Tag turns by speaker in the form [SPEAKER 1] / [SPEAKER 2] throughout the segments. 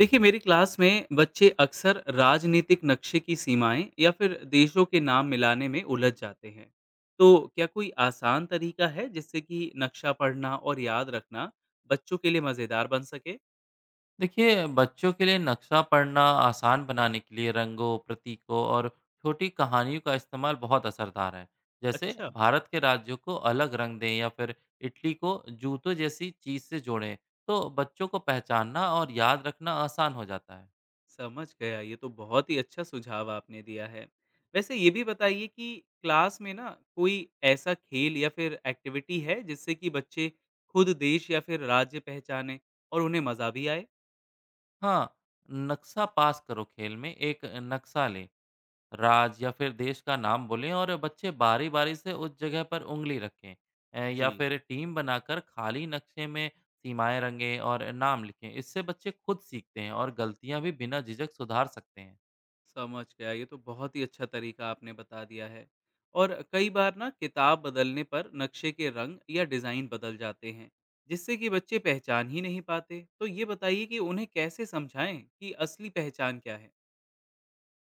[SPEAKER 1] देखिए, मेरी क्लास में बच्चे अक्सर राजनीतिक नक्शे की सीमाएं या फिर देशों के नाम मिलाने में उलझ जाते हैं। तो क्या कोई आसान तरीका है जिससे कि नक्शा पढ़ना और याद रखना बच्चों के लिए मज़ेदार बन सके।
[SPEAKER 2] देखिए बच्चों के लिए नक्शा पढ़ना आसान बनाने के लिए रंगों प्रतीकों और छोटी कहानियों का इस्तेमाल बहुत असरदार है। जैसे
[SPEAKER 1] अच्छा,
[SPEAKER 2] भारत के राज्यों को अलग रंग दें या फिर इटली को जूतों जैसी चीज से जोड़ें तो बच्चों को पहचानना और याद रखना आसान हो जाता है।
[SPEAKER 1] समझ गया। ये तो बहुत ही अच्छा सुझाव आपने दिया है। वैसे ये भी बताइए कि क्लास में ना कोई ऐसा खेल या फिर एक्टिविटी है जिससे कि बच्चे खुद देश या फिर राज्य पहचाने और उन्हें मज़ा भी आए।
[SPEAKER 2] हाँ, नक्शा पास करो खेल में एक नक्शा लें, राज्य या फिर देश का नाम बोलें और बच्चे बारी-बारी से उस जगह पर उंगली रखें। या
[SPEAKER 1] जी,
[SPEAKER 2] फिर टीम बनाकर खाली नक्शे में सीमाएँ रंगें और नाम लिखें। इससे बच्चे खुद सीखते हैं और गलतियाँ भी बिना झिझक सुधार सकते हैं।
[SPEAKER 1] समझ गया, ये तो बहुत ही अच्छा तरीका आपने बता दिया है। और कई बार ना किताब बदलने पर नक्शे के रंग या डिज़ाइन बदल जाते हैं, जिससे कि बच्चे पहचान ही नहीं पाते। तो ये बताइए कि उन्हें कैसे समझाएं कि असली पहचान क्या है?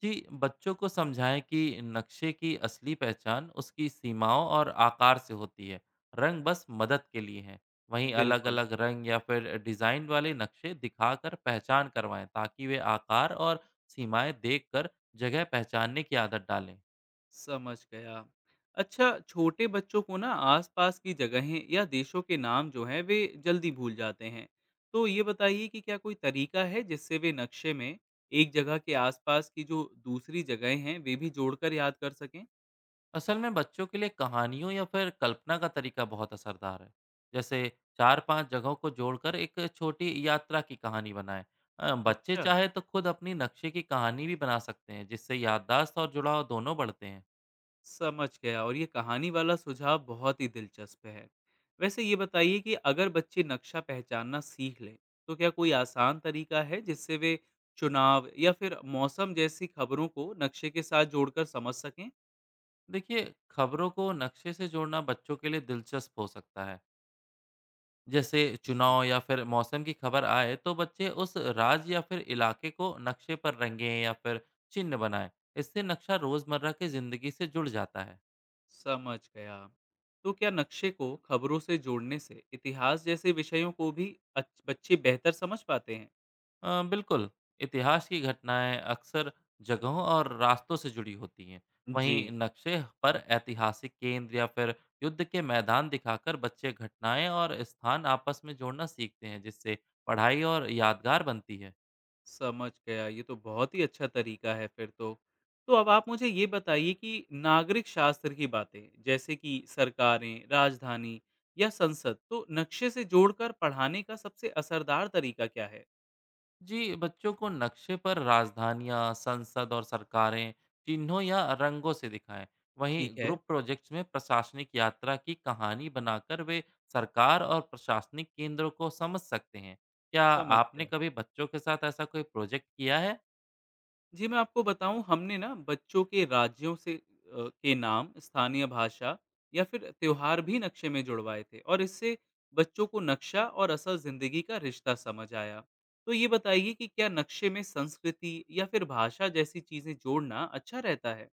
[SPEAKER 2] जी, बच्चों को समझाएं कि नक्शे की असली पहचान उसकी सीमाओं और आकार से होती है। रंग बस मदद के लिए हैं। वहीं
[SPEAKER 1] बिल्कुल।
[SPEAKER 2] अलग-अलग रंग या फिर डिज़ाइन वाले नक्शे दिखाकर पहचान करवाएं ताकि वे आकार और सीमाएं देखकर जगह पहचानने की आदत डालें।
[SPEAKER 1] समझ गया। अच्छा, छोटे बच्चों को ना आसपास की जगहें या देशों के नाम जो हैं वे जल्दी भूल जाते हैं। तो ये बताइए कि क्या कोई तरीका है जिससे वे नक्शे में एक जगह के आसपास की जो दूसरी जगहें हैं वे भी जोड़कर याद कर सकें?
[SPEAKER 2] असल में बच्चों के लिए कहानियों या फिर कल्पना का तरीका बहुत असरदार है। जैसे चार पांच जगहों को जोड़कर एक छोटी यात्रा की कहानी बनाएं। बच्चे
[SPEAKER 1] अच्छा।
[SPEAKER 2] चाहे तो खुद अपनी नक्शे की कहानी भी बना सकते हैं जिससे याददाश्त और जुड़ाव दोनों बढ़ते हैं।
[SPEAKER 1] समझ गया, और ये कहानी वाला सुझाव बहुत ही दिलचस्प है। वैसे ये बताइए कि अगर बच्चे नक्शा पहचानना सीख लें, तो क्या कोई आसान तरीका है जिससे वे चुनाव या फिर मौसम जैसी खबरों को नक्शे के साथ जोड़कर समझ सकें?
[SPEAKER 2] देखिए खबरों को नक्शे से जोड़ना बच्चों के लिए दिलचस्प हो सकता है। जैसे
[SPEAKER 1] जी,
[SPEAKER 2] चुनाव या फिर मौसम की खबर आए तो बच्चे उस राज्य या फिर इलाके को नक्शे पर रंगें या फिर चिन्ह बनाएं। इससे नक्शा रोजमर्रा की जिंदगी से जुड़ जाता है।
[SPEAKER 1] समझ गया। तो क्या नक्शे को खबरों से जोड़ने से इतिहास जैसे विषयों को भी बच्चे बेहतर समझ पाते हैं?
[SPEAKER 2] बिल्कुल, इतिहास की घटनाएँ अक्सर जगहों और रास्तों से जुड़ी होती हैं।
[SPEAKER 1] जी,
[SPEAKER 2] वहीं नक्शे पर ऐतिहासिक केंद्र या फिर युद्ध के मैदान दिखाकर बच्चे घटनाएँ और स्थान आपस में जोड़ना सीखते हैं, जिससे पढ़ाई और यादगार बनती है।
[SPEAKER 1] समझ गया, ये तो बहुत ही अच्छा तरीका है फिर तो। तो अब आप मुझे ये बताइए कि नागरिक शास्त्र की बातें, जैसे कि सरकारें, राजधानी या संसद, तो नक्शे से जोड़कर पढ़ाने का सबसे असरदार तरीका क्या है?
[SPEAKER 2] जी, बच्चों को नक्शे पर राजधानियां, संसद और सरकारें चिन्हों या रंगों से दिखाएं। वहीं
[SPEAKER 1] ठीक है,
[SPEAKER 2] ग्रुप प्रोजेक्ट्स में प्रशासनिक यात्रा की कहानी बनाकर वे सरकार और प्रशासनिक केंद्रों को समझ सकते हैं। क्या
[SPEAKER 1] समझ
[SPEAKER 2] आपने
[SPEAKER 1] गया।
[SPEAKER 2] कभी बच्चों के साथ ऐसा कोई प्रोजेक्ट किया है?
[SPEAKER 1] जी, मैं आपको बताऊँ, हमने ना बच्चों के राज्यों से के नाम, स्थानीय भाषा या फिर त्योहार भी नक्शे में जुड़वाए थे, और इससे बच्चों को नक्शा और असल ज़िंदगी का रिश्ता समझ आया। तो ये बताइए कि क्या नक्शे में संस्कृति या फिर भाषा जैसी चीज़ें जोड़ना अच्छा रहता है?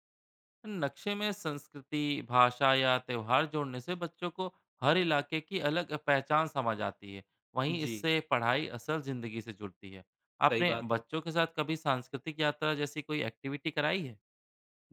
[SPEAKER 2] नक्शे में संस्कृति, भाषा या त्यौहार जोड़ने से बच्चों को हर इलाके की अलग पहचान समझ आती है। वहीं
[SPEAKER 1] जी,
[SPEAKER 2] इससे पढ़ाई असल ज़िंदगी से जुड़ती है।
[SPEAKER 1] सही
[SPEAKER 2] आपने
[SPEAKER 1] बात है।
[SPEAKER 2] बच्चों के साथ कभी सांस्कृतिक यात्रा जैसी कोई एक्टिविटी कराई है?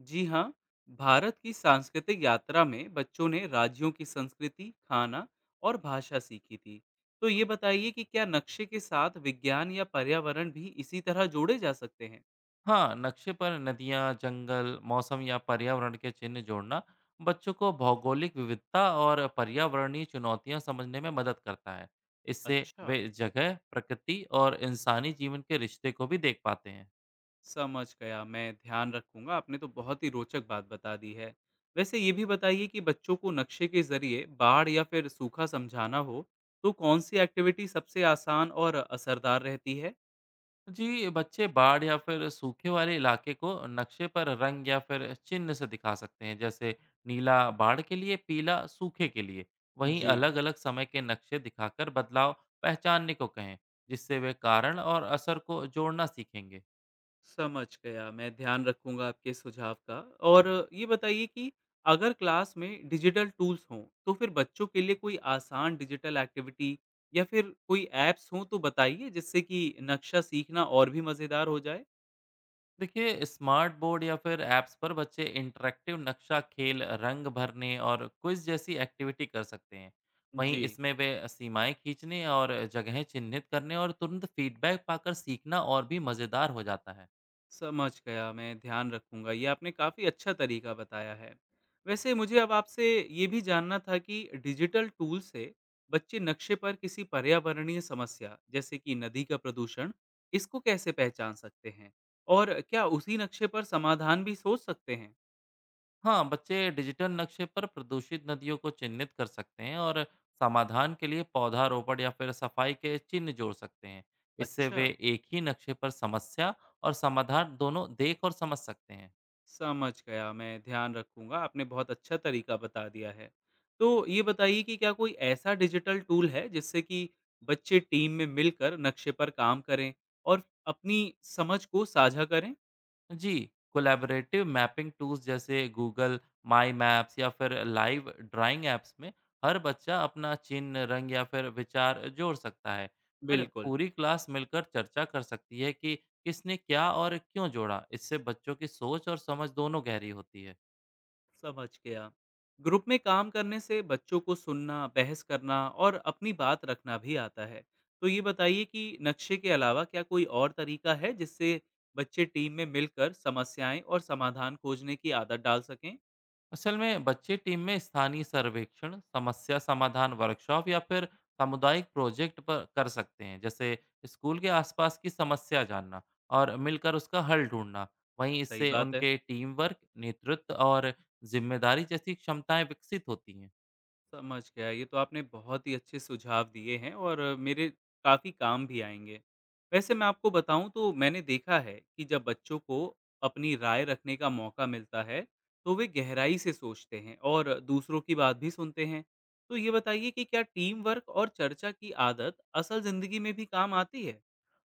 [SPEAKER 1] जी हाँ, भारत की सांस्कृतिक यात्रा में बच्चों ने राज्यों की संस्कृति, खाना और भाषा सीखी थी। तो ये बताइए कि क्या नक्शे के साथ विज्ञान या पर्यावरण भी इसी तरह जोड़े जा सकते हैं?
[SPEAKER 2] हाँ, नक्शे पर नदियाँ, जंगल, मौसम या पर्यावरण के चिन्ह जोड़ना बच्चों को भौगोलिक विविधता और पर्यावरणीय चुनौतियाँ समझने में मदद करता है। इससे
[SPEAKER 1] अच्छा,
[SPEAKER 2] वे जगह, प्रकृति और इंसानी जीवन के रिश्ते को भी देख पाते हैं।
[SPEAKER 1] समझ गया। मैं ध्यान रखूंगा। आपने तो बहुत ही रोचक बात बता दी है। वैसे ये भी बताइए कि बच्चों को नक्शे के जरिए बाढ़ या फिर सूखा समझाना हो तो कौन सी एक्टिविटी सबसे आसान और असरदार रहती है?
[SPEAKER 2] जी, बच्चे बाढ़ या फिर सूखे वाले इलाके को नक्शे पर रंग या फिर चिन्ह से दिखा सकते हैं। जैसे नीला बाढ़ के लिए, पीला सूखे के लिए। वहीं
[SPEAKER 1] जी,
[SPEAKER 2] अलग-अलग समय के नक्शे दिखाकर बदलाव पहचानने को कहें, जिससे वे कारण और असर को जोड़ना सीखेंगे।
[SPEAKER 1] समझ गया, मैं ध्यान रखूँगा आपके सुझाव का। और ये बताइए कि अगर क्लास में डिजिटल टूल्स हों, तो फिर बच्चों के लिए कोई आसान डिजिटल एक्टिविटी या फिर कोई ऐप्स हों तो बताइए जिससे कि नक्शा सीखना और भी मज़ेदार हो जाए?
[SPEAKER 2] देखिए स्मार्ट बोर्ड या फिर ऐप्स पर बच्चे इंटरेक्टिव नक्शा खेल, रंग भरने और क्विज जैसी एक्टिविटी कर सकते हैं। वहीं
[SPEAKER 1] जी।
[SPEAKER 2] इसमें वे सीमाएं खींचने और जगहें चिन्हित करने और तुरंत फीडबैक पाकर सीखना और भी मज़ेदार हो जाता है।
[SPEAKER 1] समझ गया, मैं ध्यान रखूँगा। ये आपने काफ़ी अच्छा तरीका बताया है। वैसे मुझे अब आपसे ये भी जानना था कि डिजिटल टूल से बच्चे नक्शे पर किसी पर्यावरणीय समस्या, जैसे कि नदी का प्रदूषण, इसको कैसे पहचान सकते हैं? और क्या उसी नक्शे पर समाधान भी सोच सकते हैं?
[SPEAKER 2] हाँ, बच्चे डिजिटल नक्शे पर प्रदूषित नदियों को चिन्हित कर सकते हैं और समाधान के लिए पौधारोपण या फिर सफाई के चिन्ह जोड़ सकते हैं। इससे
[SPEAKER 1] अच्छा।
[SPEAKER 2] वे एक ही नक्शे पर समस्या और समाधान दोनों देख और समझ सकते हैं।
[SPEAKER 1] समझ गया, मैं ध्यान रखूँगा, आपने बहुत अच्छा तरीका बता दिया है। तो ये बताइए कि क्या कोई ऐसा डिजिटल टूल है जिससे कि बच्चे टीम में मिलकर नक्शे पर काम करें और अपनी समझ को साझा करें?
[SPEAKER 2] जी, कोलैबोरेटिव मैपिंग टूल्स जैसे गूगल माई मैप्स या फिर लाइव ड्राइंग ऐप्स में हर बच्चा अपना चिन्ह, रंग या फिर विचार जोड़ सकता है। फिर
[SPEAKER 1] बिल्कुल,
[SPEAKER 2] पूरी क्लास मिलकर चर्चा कर सकती है कि किसने क्या और क्यों जोड़ा। इससे बच्चों की सोच और समझ दोनों गहरी होती है।
[SPEAKER 1] समझ गया। ग्रुप में काम करने से बच्चों को सुनना, बहस करना और अपनी बात रखना भी आता है। तो ये बताइए कि नक्शे के अलावा क्या कोई और तरीका है जिससे बच्चे टीम में मिलकर समस्याएँ और समाधान खोजने की आदत डाल सकें?
[SPEAKER 2] असल में बच्चे टीम में स्थानीय सर्वेक्षण, समस्या समाधान वर्कशॉप या फिर सामुदायिक प्रोजेक्ट पर कर सकते हैं। जैसे स्कूल के आसपास की समस्या जानना और मिलकर उसका हल ढूंढना। वहीं
[SPEAKER 1] सही
[SPEAKER 2] इससे
[SPEAKER 1] बात है।
[SPEAKER 2] उनके टीम वर्क, नेतृत्व और जिम्मेदारी जैसी क्षमताएं विकसित होती हैं।
[SPEAKER 1] समझ गया। ये तो आपने बहुत ही अच्छे सुझाव दिए हैं और मेरे काफ़ी काम भी आएँगे। वैसे मैं आपको बताऊँ, तो मैंने देखा है कि जब बच्चों को अपनी राय रखने का मौका मिलता है, तो वे गहराई से सोचते हैं और दूसरों की बात भी सुनते हैं। तो ये बताइए कि क्या टीम वर्क और चर्चा की आदत असल ज़िंदगी में भी काम आती है?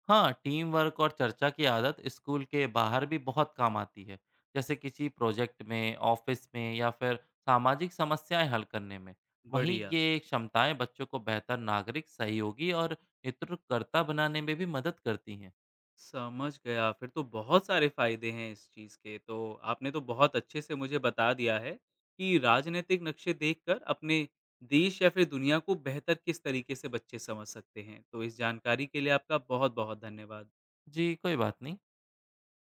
[SPEAKER 2] हाँ, टीम वर्क और चर्चा की आदत स्कूल के बाहर भी बहुत काम आती है, जैसे किसी प्रोजेक्ट में, ऑफिस में या फिर सामाजिक समस्याएं हल करने में। वहीं
[SPEAKER 1] बढ़िया।
[SPEAKER 2] ये क्षमताएं बच्चों को बेहतर नागरिक, सहयोगी और नेतृत्वकर्ता बनाने में भी मदद करती हैं।
[SPEAKER 1] समझ गया, फिर तो बहुत सारे फ़ायदे हैं इस चीज़ के। तो आपने तो बहुत अच्छे से मुझे बता दिया है कि राजनीतिक नक्शे देखकर अपने देश या फिर दुनिया को बेहतर किस तरीके से बच्चे समझ सकते हैं। तो इस जानकारी के लिए आपका बहुत-बहुत धन्यवाद।
[SPEAKER 2] जी, कोई बात नहीं।